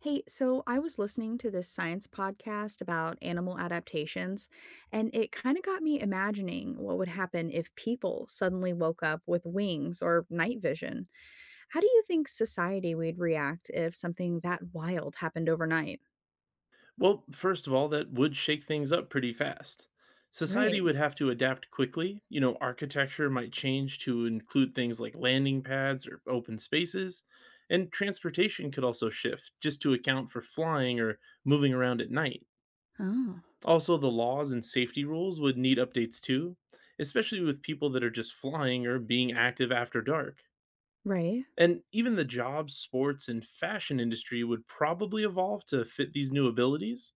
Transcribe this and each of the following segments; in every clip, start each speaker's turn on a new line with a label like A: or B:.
A: Hey, so I was listening to this science podcast about animal adaptations, and it kind of got me imagining what would happen if people suddenly woke up with wings or night vision. How do you think society would react if something that wild happened overnight?
B: Well, first of all, that would shake things up pretty fast. Society
A: Right.
B: would have to adapt quickly. You know, architecture might change to include things like landing pads or open spaces, and transportation could also shift just to account for flying or moving around at night.
A: Oh,
B: Also, the laws and safety rules would need updates too, especially with people that are just flying or being active after dark.
A: right.
B: And even the jobs, sports, and fashion industry would probably evolve to fit these new abilities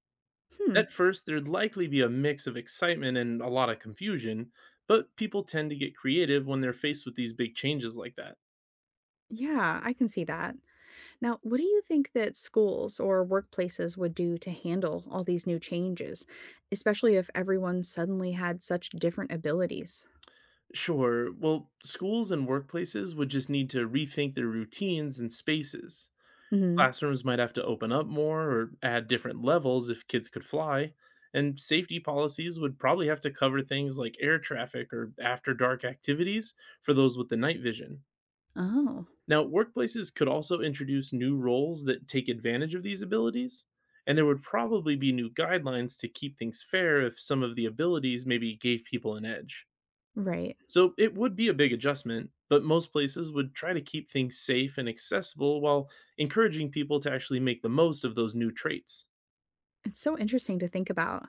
A: Hmm.
B: at first, there'd likely be a mix of excitement and a lot of confusion, but people tend to get creative when they're faced with these big changes like that.
A: Yeah, I can see that. Now, what do you think that schools or workplaces would do to handle all these new changes, especially if everyone suddenly had such different abilities?
B: Sure, well, schools and workplaces would just need to rethink their routines and spaces. Classrooms might have to open up more or add different levels if kids could fly, and safety policies would probably have to cover things like air traffic or after dark activities for those with the night vision.
A: Oh,
B: Now, workplaces could also introduce new roles that take advantage of these abilities, and there would probably be new guidelines to keep things fair if some of the abilities maybe gave people an edge.
A: right.
B: So it would be a big adjustment, but most places would try to keep things safe and accessible while encouraging people to actually make the most of those new traits.
A: It's so interesting to think about.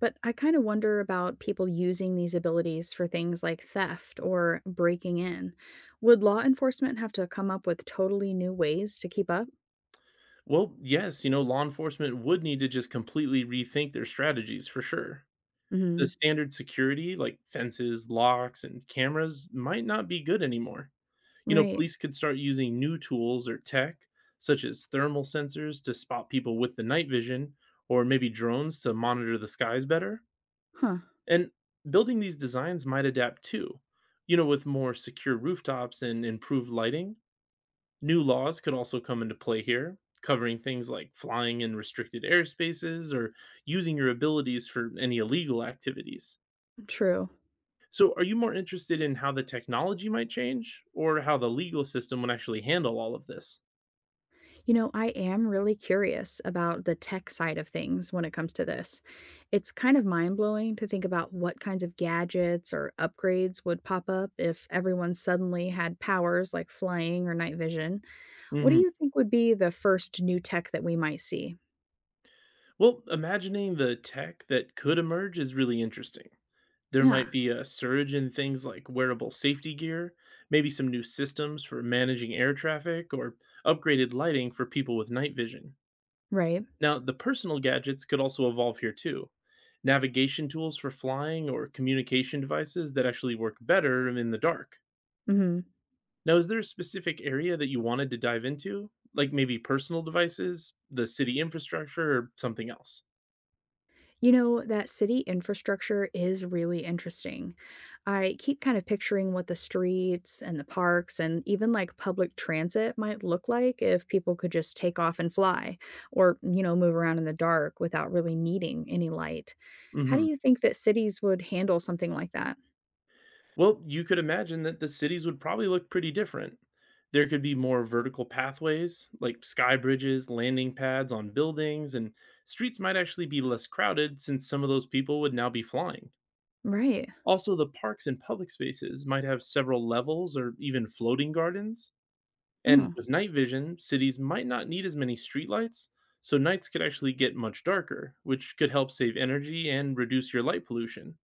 A: But I kind of wonder about people using these abilities for things like theft or breaking in. Would law enforcement have to come up with totally new ways to keep up?
B: Well, yes, you know, law enforcement would need to just completely rethink their strategies for sure. The
A: Hmm.
B: standard security, like fences, locks, and cameras, might not be good anymore. You know,
A: Right.
B: police could start using new tools or tech, such as thermal sensors to spot people with the night vision, or maybe drones to monitor the skies better.
A: Huh.
B: And building these designs might adapt too. You know, with more secure rooftops and improved lighting, new laws could also come into play here, covering things like flying in restricted airspaces or using your abilities for any illegal activities.
A: True.
B: So, are you more interested in how the technology might change or how the legal system would actually handle all of this?
A: You know, I am really curious about the tech side of things when it comes to this. It's kind of mind blowing to think about what kinds of gadgets or upgrades would pop up if everyone suddenly had powers like flying or night vision. What do
B: Mhm.
A: you think would be the first new tech that we might see?
B: Well, imagining the tech that could emerge is really interesting. There
A: Yeah,
B: might be a surge in things like wearable safety gear, maybe some new systems for managing air traffic, or upgraded lighting for people with night vision.
A: right.
B: Now, the personal gadgets could also evolve here too. Navigation tools for flying or communication devices that actually work better in the dark.
A: Mhm.
B: Now, is there a specific area that you wanted to dive into? Like maybe personal devices, the city infrastructure, or something else?
A: You know, that city infrastructure is really interesting. I keep kind of picturing what the streets and the parks and even like public transit might look like if people could just take off and fly or, you know, move around in the dark without really needing any light. How do
B: Mm-hmm.
A: you think that cities would handle something like that?
B: Well, you could imagine that the cities would probably look pretty different. There could be more vertical pathways, like sky bridges, landing pads on buildings, and streets might actually be less crowded since some of those people would now be flying.
A: Right.
B: Also, the parks and public spaces might have several levels or even floating gardens. And
A: Oh,
B: with night vision, cities might not need as many streetlights, so nights could actually get much darker, which could help save energy and reduce your light pollution.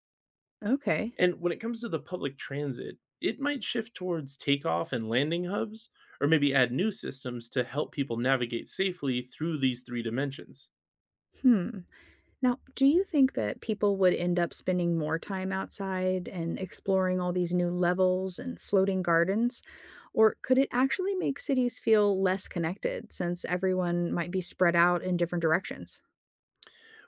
A: okay.
B: And when it comes to the public transit, it might shift towards takeoff and landing hubs, or maybe add new systems to help people navigate safely through these three dimensions.
A: Hmm. Now, do you think that people would end up spending more time outside and exploring all these new levels and floating gardens? Or could it actually make cities feel less connected since everyone might be spread out in different directions?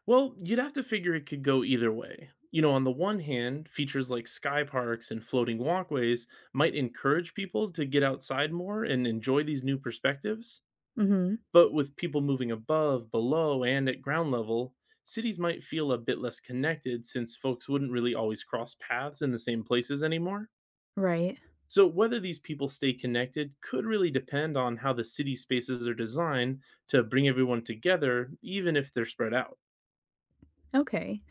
B: Well, you'd have to figure it could go either way. You know, on the one hand, features like sky parks and floating walkways might encourage people to get outside more and enjoy these new perspectives.
A: Hmm.
B: But with people moving above, below, and at ground level, cities might feel a bit less connected since folks wouldn't really always cross paths in the same places anymore.
A: Right.
B: So, whether these people stay connected could really depend on how the city spaces are designed to bring everyone together, even if they're spread out.
A: Okay.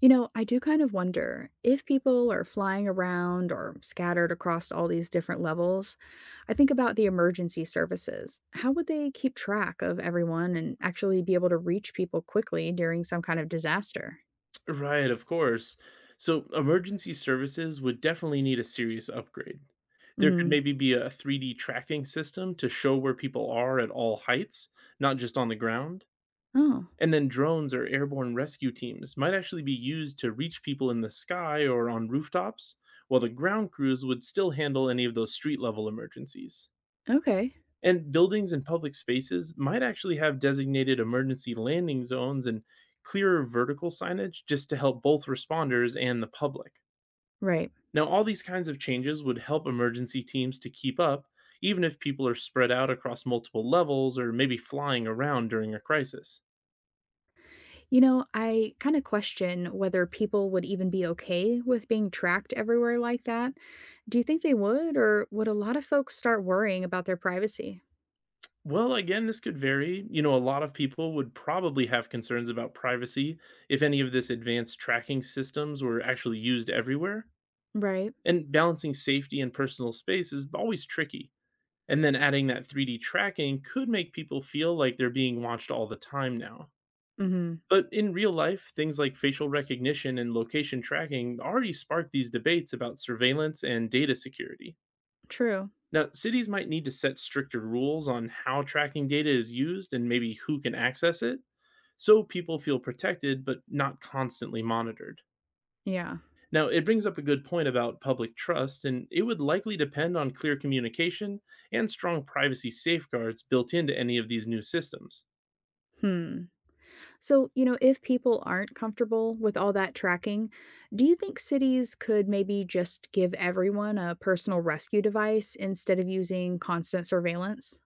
A: You know, I do kind of wonder if people are flying around or scattered across all these different levels. I think about the emergency services. How would they keep track of everyone and actually be able to reach people quickly during some kind of disaster?
B: Right, of course. So, emergency services would definitely need a serious upgrade. There could
A: Hmm.
B: maybe be a 3D tracking system to show where people are at all heights, not just on the ground.
A: Oh,
B: And then drones or airborne rescue teams might actually be used to reach people in the sky or on rooftops, while the ground crews would still handle any of those street level emergencies.
A: okay.
B: And buildings and public spaces might actually have designated emergency landing zones and clearer vertical signage just to help both responders and the public.
A: Right.
B: Now, all these kinds of changes would help emergency teams to keep up, even if people are spread out across multiple levels or maybe flying around during a crisis.
A: You know, I kind of question whether people would even be okay with being tracked everywhere like that. Do you think they would, or would a lot of folks start worrying about their privacy?
B: Well, again, this could vary. You know, a lot of people would probably have concerns about privacy if any of this advanced tracking systems were actually used everywhere.
A: Right.
B: And balancing safety and personal space is always tricky. And then adding that 3D tracking could make people feel like they're being watched all the time now.
A: Hmm.
B: But in real life, things like facial recognition and location tracking already spark these debates about surveillance and data security.
A: True.
B: Now, cities might need to set stricter rules on how tracking data is used and maybe who can access it, so people feel protected but not constantly monitored.
A: Yeah.
B: Now, it brings up a good point about public trust, and it would likely depend on clear communication and strong privacy safeguards built into any of these new systems.
A: Hmm. So, you know, if people aren't comfortable with all that tracking, do you think cities could maybe just give everyone a personal rescue device instead of using constant surveillance?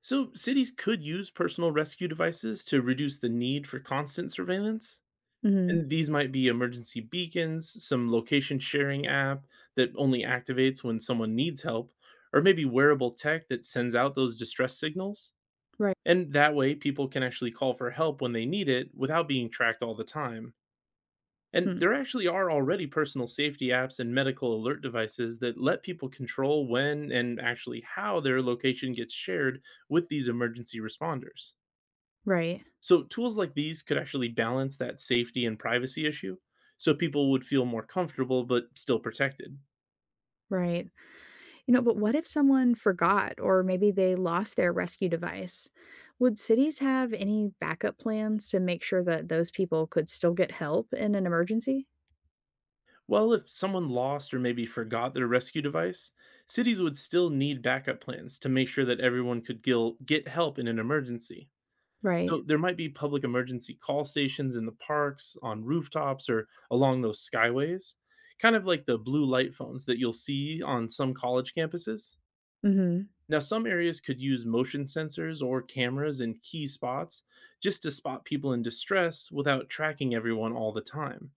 B: So, cities could use personal rescue devices to reduce the need for constant surveillance.
A: Hmm.
B: And these might be emergency beacons, some location sharing app that only activates when someone needs help, or maybe wearable tech that sends out those distress signals.
A: Right.
B: And that way, people can actually call for help when they need it without being tracked all the time. And
A: Hmm.
B: there actually are already personal safety apps and medical alert devices that let people control when and actually how their location gets shared with these emergency responders.
A: Right.
B: So, tools like these could actually balance that safety and privacy issue so people would feel more comfortable but still protected.
A: Right. You know, but what if someone forgot or maybe they lost their rescue device? Would cities have any backup plans to make sure that those people could still get help in an emergency?
B: Well, if someone lost or maybe forgot their rescue device, cities would still need backup plans to make sure that everyone could get help in an emergency.
A: Right.
B: So there might be public emergency call stations in the parks, on rooftops, or along those skyways, kind of like the blue light phones that you'll see on some college campuses.
A: Hmm.
B: Now, some areas could use motion sensors or cameras in key spots just to spot people in distress without tracking everyone all the time.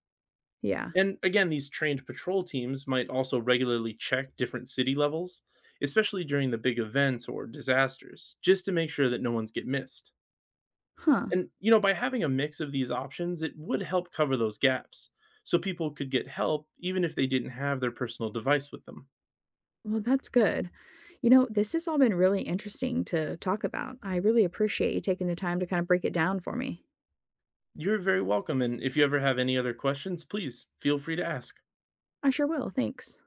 A: Yeah.
B: And again, these trained patrol teams might also regularly check different city levels, especially during the big events or disasters, just to make sure that no one's get missed.
A: Huh.
B: And, you know, by having a mix of these options, it would help cover those gaps so people could get help even if they didn't have their personal device with them.
A: Well, that's good. You know, this has all been really interesting to talk about. I really appreciate you taking the time to kind of break it down for me.
B: You're very welcome. And if you ever have any other questions, please feel free to ask.
A: I sure will. Thanks.